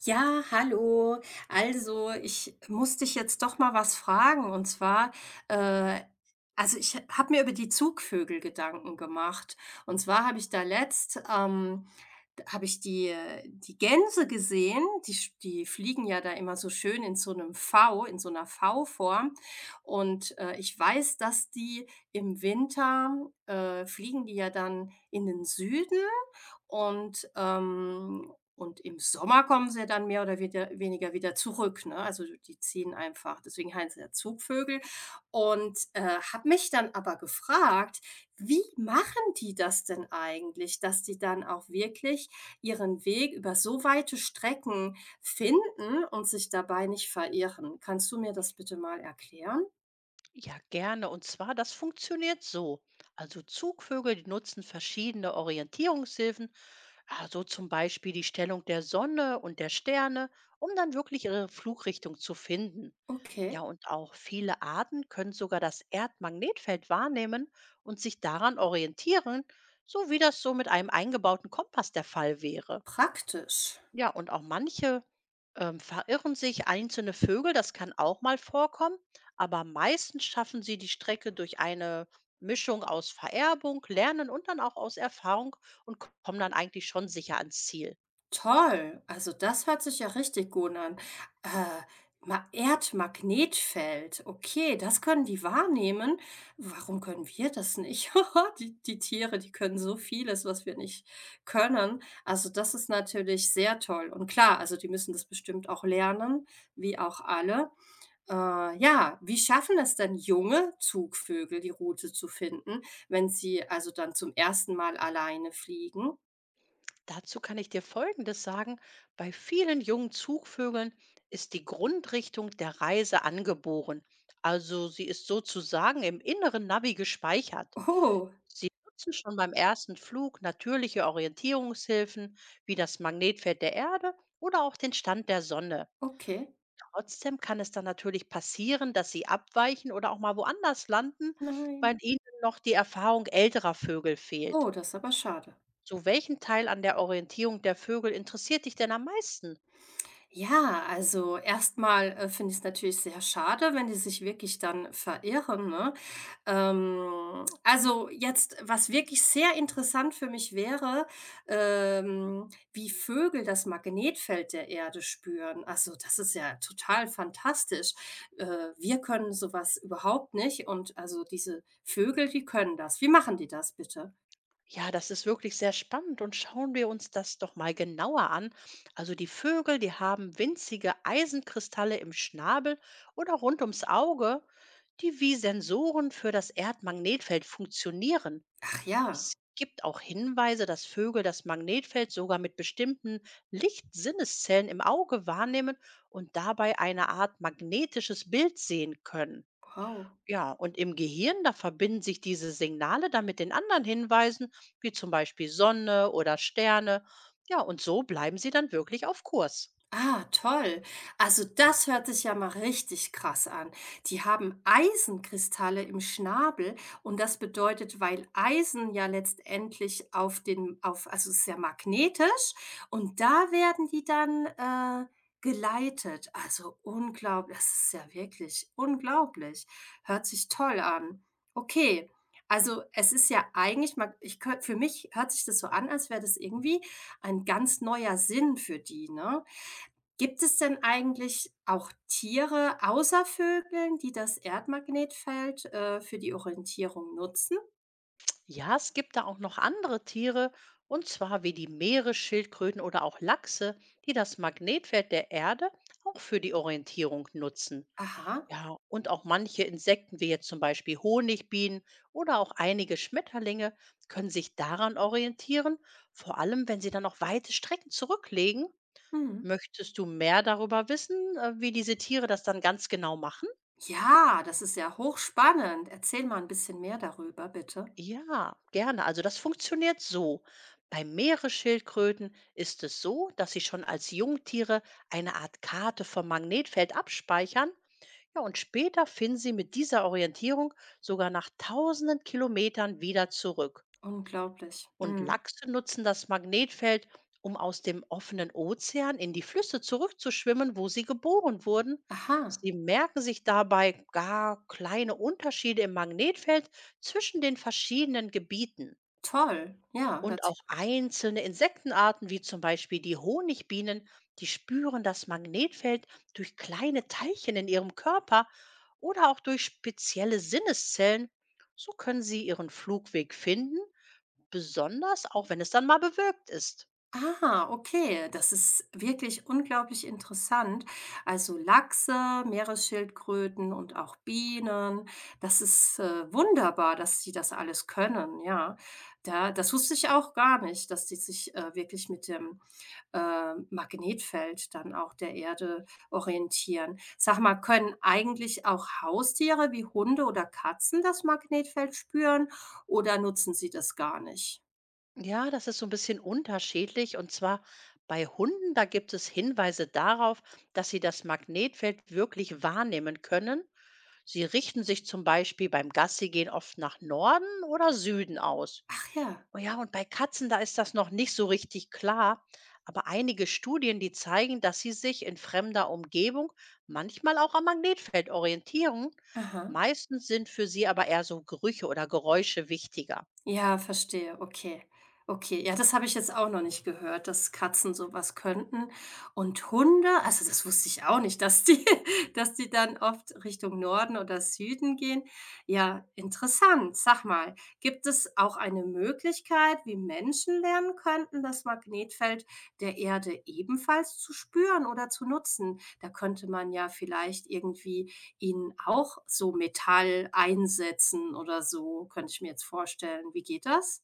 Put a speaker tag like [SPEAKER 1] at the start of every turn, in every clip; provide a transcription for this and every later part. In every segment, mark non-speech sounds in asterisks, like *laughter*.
[SPEAKER 1] Ja, hallo. Also, ich muss dich jetzt doch mal was fragen. Und zwar, äh, also ich habe mir über die Zugvögel Gedanken gemacht. Und zwar habe ich die Gänse gesehen, die fliegen ja da immer so schön in so einer V-Form. Und, ich weiß, dass die im Winter, fliegen die ja dann in den Süden und im Sommer kommen sie ja dann mehr oder wieder weniger wieder zurück, ne? Also, die ziehen einfach, deswegen heißen sie ja Zugvögel. Und, habe mich dann aber gefragt: „Wie machen die das denn eigentlich, dass die dann auch wirklich ihren Weg über so weite Strecken finden und sich dabei nicht verirren? Kannst du mir das bitte mal erklären?"
[SPEAKER 2] Ja, gerne. Und zwar, das funktioniert so. Also Zugvögel, die nutzen verschiedene Orientierungshilfen, so zum Beispiel die Stellung der Sonne und der Sterne, um dann wirklich ihre Flugrichtung zu finden.
[SPEAKER 1] Okay,
[SPEAKER 2] Ja, und auch viele Arten können sogar das Erdmagnetfeld wahrnehmen und sich daran orientieren, so wie das so mit einem eingebauten Kompass der Fall wäre.
[SPEAKER 1] praktisch.
[SPEAKER 2] Ja, und auch manche, verirren sich, einzelne Vögel, das kann auch mal vorkommen, aber meistens schaffen sie die Strecke durch eine Mischung aus Vererbung, Lernen und dann auch aus Erfahrung und kommen dann eigentlich schon sicher ans Ziel.
[SPEAKER 1] Toll, also das hört sich ja richtig gut an. Äh, Ma Erdmagnetfeld, okay, das können die wahrnehmen. Warum können wir das nicht? *laughs* Die Tiere, die können so vieles, was wir nicht können. Also das ist natürlich sehr toll. Und klar, also die müssen das bestimmt auch lernen, wie auch alle. Ja, wie schaffen es denn junge Zugvögel, die Route zu finden, wenn sie also dann zum ersten Mal alleine fliegen?
[SPEAKER 2] Dazu kann ich dir Folgendes sagen. Bei vielen jungen Zugvögeln ist die Grundrichtung der Reise angeboren. Also sie ist sozusagen im inneren Navi gespeichert.
[SPEAKER 1] Oh,
[SPEAKER 2] Sie nutzen schon beim ersten Flug natürliche Orientierungshilfen wie das Magnetfeld der Erde oder auch den Stand der Sonne.
[SPEAKER 1] okay.
[SPEAKER 2] Trotzdem kann es dann natürlich passieren, dass sie abweichen oder auch mal woanders landen,
[SPEAKER 1] Nein.
[SPEAKER 2] weil ihnen noch die Erfahrung älterer Vögel fehlt.
[SPEAKER 1] Oh, das ist aber schade.
[SPEAKER 2] Zu welchem Teil an der Orientierung der Vögel interessiert dich denn am meisten?
[SPEAKER 1] Ja, also erstmal mal, finde ich's natürlich sehr schade, wenn die sich wirklich dann verirren, ne? Also jetzt, was wirklich sehr interessant für mich wäre, wie Vögel das Magnetfeld der Erde spüren. Also, das ist ja total fantastisch. Äh, Wir können sowas überhaupt nicht und also diese Vögel, die können das. Wie machen die das bitte?
[SPEAKER 2] Ja, das ist wirklich sehr spannend und schauen wir uns das doch mal genauer an. Also die Vögel, die haben winzige Eisenkristalle im Schnabel oder rund ums Auge, die wie Sensoren für das Erdmagnetfeld funktionieren.
[SPEAKER 1] Ach ja,
[SPEAKER 2] Es gibt auch Hinweise, dass Vögel das Magnetfeld sogar mit bestimmten Lichtsinneszellen im Auge wahrnehmen und dabei eine Art magnetisches Bild sehen können.
[SPEAKER 1] wow.
[SPEAKER 2] Ja, und im Gehirn, da verbinden sich diese Signale dann mit den anderen Hinweisen, wie zum Beispiel Sonne oder Sterne. Ja, und so bleiben sie dann wirklich auf Kurs.
[SPEAKER 1] Ah, toll. Also das hört sich ja mal richtig krass an. Die haben Eisenkristalle im Schnabel und das bedeutet, weil Eisen ja letztendlich auf den, also es ist ja magnetisch und da werden die dann geleitet. Also unglaublich, das ist ja wirklich unglaublich. Hört sich toll an. Okay. Also es ist ja eigentlich, für mich hört sich das so an, als wäre das irgendwie ein ganz neuer Sinn für die, ne? Gibt es denn eigentlich auch Tiere außer Vögeln, die das Erdmagnetfeld, für die Orientierung nutzen?
[SPEAKER 2] Ja, es gibt da auch noch andere Tiere, und zwar wie die Meeresschildkröten oder auch Lachse, die das Magnetfeld der Erde auch für die Orientierung nutzen.
[SPEAKER 1] Aha.
[SPEAKER 2] Ja, und auch manche Insekten, wie jetzt zum Beispiel Honigbienen oder auch einige Schmetterlinge, können sich daran orientieren, vor allem wenn sie dann auch weite Strecken zurücklegen.
[SPEAKER 1] Mhm.
[SPEAKER 2] Möchtest du mehr darüber wissen, wie diese Tiere das dann ganz genau machen?
[SPEAKER 1] Ja, das ist ja hochspannend. Erzähl mal ein bisschen mehr darüber, bitte.
[SPEAKER 2] Ja, gerne. Also das funktioniert so. Bei Meeresschildkröten ist es so, dass sie schon als Jungtiere eine Art Karte vom Magnetfeld abspeichern. Ja, und später finden sie mit dieser Orientierung sogar nach tausenden Kilometern wieder zurück.
[SPEAKER 1] Unglaublich.
[SPEAKER 2] Und
[SPEAKER 1] Mhm.
[SPEAKER 2] Lachse nutzen das Magnetfeld, um aus dem offenen Ozean in die Flüsse zurückzuschwimmen, wo sie geboren wurden.
[SPEAKER 1] Aha,
[SPEAKER 2] Sie merken sich dabei gar kleine Unterschiede im Magnetfeld zwischen den verschiedenen Gebieten.
[SPEAKER 1] toll. Ja,
[SPEAKER 2] Und
[SPEAKER 1] hört
[SPEAKER 2] auch einzelne Insektenarten, wie zum Beispiel die Honigbienen, die spüren das Magnetfeld durch kleine Teilchen in ihrem Körper oder auch durch spezielle Sinneszellen. So können sie ihren Flugweg finden, besonders auch wenn es dann mal bewölkt ist.
[SPEAKER 1] Ah, okay, das ist wirklich unglaublich interessant. Also Lachse, Meeresschildkröten und auch Bienen. Das ist wunderbar, dass sie das alles können, ja. Da, das wusste ich auch gar nicht, dass die sich wirklich mit dem Magnetfeld dann auch der Erde orientieren. Sag mal, können eigentlich auch Haustiere wie Hunde oder Katzen das Magnetfeld spüren oder nutzen sie das gar nicht?
[SPEAKER 2] Ja, das ist so ein bisschen unterschiedlich. Und zwar bei Hunden, da gibt es Hinweise darauf, dass sie das Magnetfeld wirklich wahrnehmen können. Sie richten sich zum Beispiel beim Gassigehen oft nach Norden oder Süden aus.
[SPEAKER 1] Ach ja,
[SPEAKER 2] Oh ja, und bei Katzen, da ist das noch nicht so richtig klar. Aber einige Studien, die zeigen, dass sie sich in fremder Umgebung manchmal auch am Magnetfeld orientieren.
[SPEAKER 1] aha.
[SPEAKER 2] Meistens sind für sie aber eher so Gerüche oder Geräusche wichtiger.
[SPEAKER 1] Ja, verstehe, okay. Okay, ja, das habe ich jetzt auch noch nicht gehört, dass Katzen sowas könnten. Und Hunde, also das wusste ich auch nicht, dass die *laughs* dass die dann oft Richtung Norden oder Süden gehen. Ja, interessant. Sag mal, gibt es auch eine Möglichkeit, wie Menschen lernen könnten, das Magnetfeld der Erde ebenfalls zu spüren oder zu nutzen? Da könnte man ja vielleicht irgendwie ihn auch so Metall einsetzen oder so, könnte ich mir jetzt vorstellen. Wie geht das?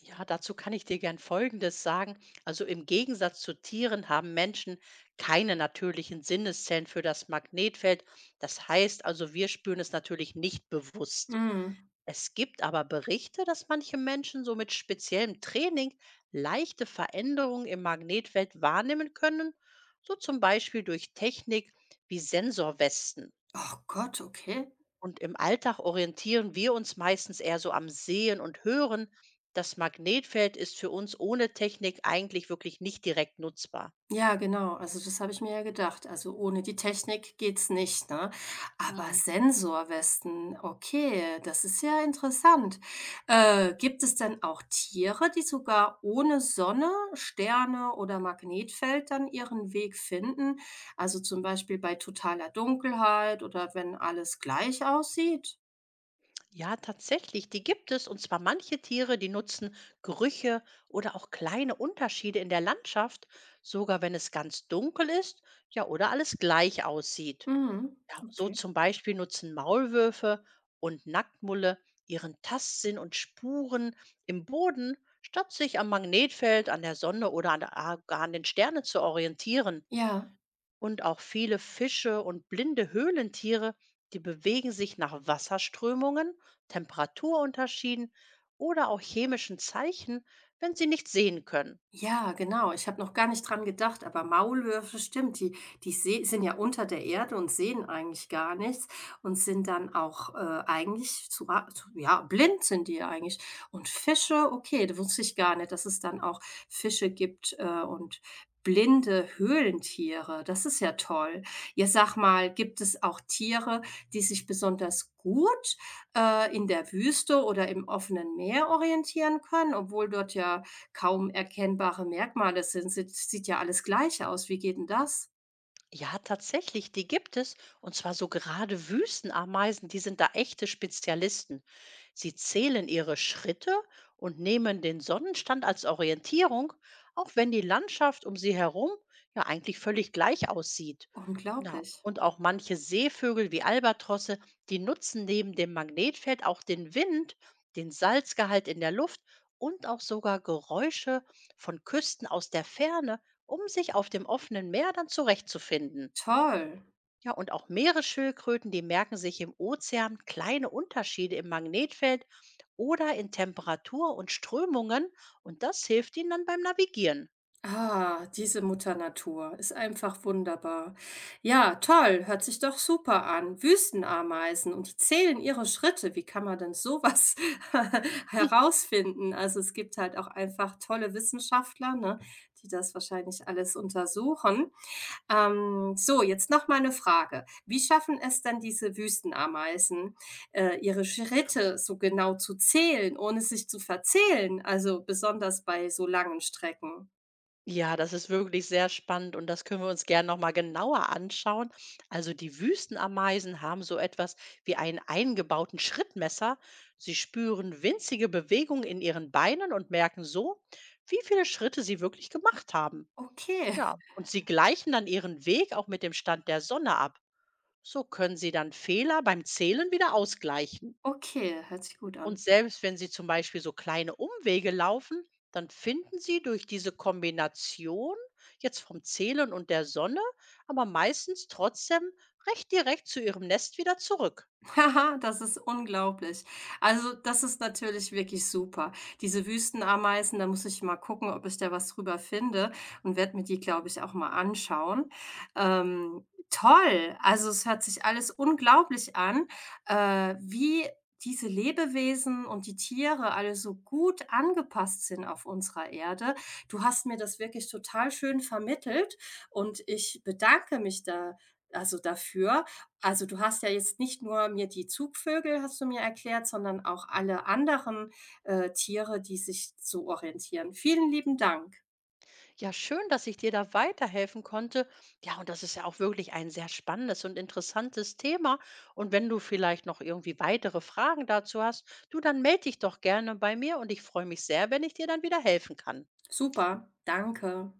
[SPEAKER 2] Ja, dazu kann ich dir gern Folgendes sagen. Also im Gegensatz zu Tieren haben Menschen keine natürlichen Sinneszellen für das Magnetfeld. Das heißt also, wir spüren es natürlich nicht bewusst.
[SPEAKER 1] Mhm.
[SPEAKER 2] Es gibt aber Berichte, dass manche Menschen so mit speziellem Training leichte Veränderungen im Magnetfeld wahrnehmen können, so zum Beispiel durch Technik wie Sensorwesten.
[SPEAKER 1] Oh Gott, okay.
[SPEAKER 2] Und im Alltag orientieren wir uns meistens eher so am Sehen und Hören. Das Magnetfeld ist für uns ohne Technik eigentlich wirklich nicht direkt nutzbar.
[SPEAKER 1] Ja, genau. Also das habe ich mir ja gedacht. Also ohne die Technik geht's nicht, ne? Aber
[SPEAKER 2] Mhm.
[SPEAKER 1] Sensorwesten, okay, das ist ja interessant. Gibt es denn auch Tiere, die sogar ohne Sonne, Sterne oder Magnetfeld dann ihren Weg finden? Also zum Beispiel bei totaler Dunkelheit oder wenn alles gleich aussieht?
[SPEAKER 2] Ja, tatsächlich, die gibt es. Und zwar manche Tiere, die nutzen Gerüche oder auch kleine Unterschiede in der Landschaft, sogar wenn es ganz dunkel ist, ja, oder alles gleich aussieht.
[SPEAKER 1] Mhm.
[SPEAKER 2] Ja, so
[SPEAKER 1] Okay.
[SPEAKER 2] zum Beispiel nutzen Maulwürfe und Nacktmulle ihren Tastsinn und Spuren im Boden, statt sich am Magnetfeld, an der Sonne oder an, der, gar an den Sternen zu orientieren.
[SPEAKER 1] Ja.
[SPEAKER 2] Und auch viele Fische und blinde Höhlentiere, die bewegen sich nach Wasserströmungen, Temperaturunterschieden oder auch chemischen Zeichen, wenn sie nicht sehen können.
[SPEAKER 1] Ja, genau. Ich habe noch gar nicht dran gedacht, aber Maulwürfe, stimmt, die, sind ja unter der Erde und sehen eigentlich gar nichts und sind dann auch eigentlich zu, ja, blind sind die ja eigentlich. Und Fische, okay, da wusste ich gar nicht, dass es dann auch Fische gibt und blinde Höhlentiere. Das ist ja toll. Ja, sag mal, gibt es auch Tiere, die sich besonders gut in der Wüste oder im offenen Meer orientieren können, obwohl dort ja kaum erkennbare Merkmale sind. Sieht ja alles gleich aus. Wie geht denn das?
[SPEAKER 2] Ja, tatsächlich, die gibt es. Und zwar so gerade Wüstenameisen, die sind da echte Spezialisten. Sie zählen ihre Schritte und nehmen den Sonnenstand als Orientierung, auch wenn die Landschaft um sie herum ja eigentlich völlig gleich aussieht. Na,
[SPEAKER 1] Unglaublich.
[SPEAKER 2] und auch manche Seevögel wie Albatrosse, die nutzen neben dem Magnetfeld auch den Wind, den Salzgehalt in der Luft und auch sogar Geräusche von Küsten aus der Ferne um sich auf dem offenen Meer dann zurechtzufinden.
[SPEAKER 1] Toll.
[SPEAKER 2] Ja, und auch Meeresschildkröten, die merken sich im Ozean kleine Unterschiede im Magnetfeld oder in Temperatur und Strömungen und das hilft ihnen dann beim Navigieren.
[SPEAKER 1] Ah, diese Mutter Natur ist einfach wunderbar. Ja, toll, hört sich doch super an. Wüstenameisen und die zählen ihre Schritte. Wie kann man denn sowas *laughs* herausfinden? Also, es gibt halt auch einfach tolle Wissenschaftler, ne, die das wahrscheinlich alles untersuchen. So, jetzt noch mal eine Frage. Wie schaffen es denn diese Wüstenameisen, ihre Schritte so genau zu zählen, ohne sich zu verzählen, also besonders bei so langen Strecken?
[SPEAKER 2] Ja, das ist wirklich sehr spannend und das können wir uns gerne nochmal genauer anschauen. Also die Wüstenameisen haben so etwas wie einen eingebauten Schrittmesser. Sie spüren winzige Bewegungen in ihren Beinen und merken so, wie viele Schritte sie wirklich gemacht haben.
[SPEAKER 1] Okay,
[SPEAKER 2] Ja, und sie gleichen dann ihren Weg auch mit dem Stand der Sonne ab. So können sie dann Fehler beim Zählen wieder ausgleichen.
[SPEAKER 1] okay, hört sich gut
[SPEAKER 2] Und
[SPEAKER 1] an.
[SPEAKER 2] selbst wenn sie zum Beispiel so kleine Umwege laufen, dann finden sie durch diese Kombination jetzt vom Zählen und der Sonne, aber meistens trotzdem recht direkt zu ihrem Nest wieder zurück.
[SPEAKER 1] Haha, das ist unglaublich. Also, das ist natürlich wirklich super. Diese Wüstenameisen, da muss ich mal gucken, ob ich da was drüber finde und werde mir die, glaube ich, auch mal anschauen. Toll, also es hört sich alles unglaublich an, wie diese Lebewesen und die Tiere alle so gut angepasst sind auf unserer Erde. Du hast mir das wirklich total schön vermittelt und ich bedanke mich da also dafür. Also, du hast ja jetzt nicht nur mir die Zugvögel hast du mir erklärt, sondern auch alle anderen, Tiere, die sich so orientieren. Vielen lieben Dank.
[SPEAKER 2] Ja, schön, dass ich dir da weiterhelfen konnte. Ja, und das ist ja auch wirklich ein sehr spannendes und interessantes Thema. Und wenn du vielleicht noch irgendwie weitere Fragen dazu hast, du, dann melde dich doch gerne bei mir und ich freue mich sehr, wenn ich dir dann wieder helfen kann.
[SPEAKER 1] Super, danke.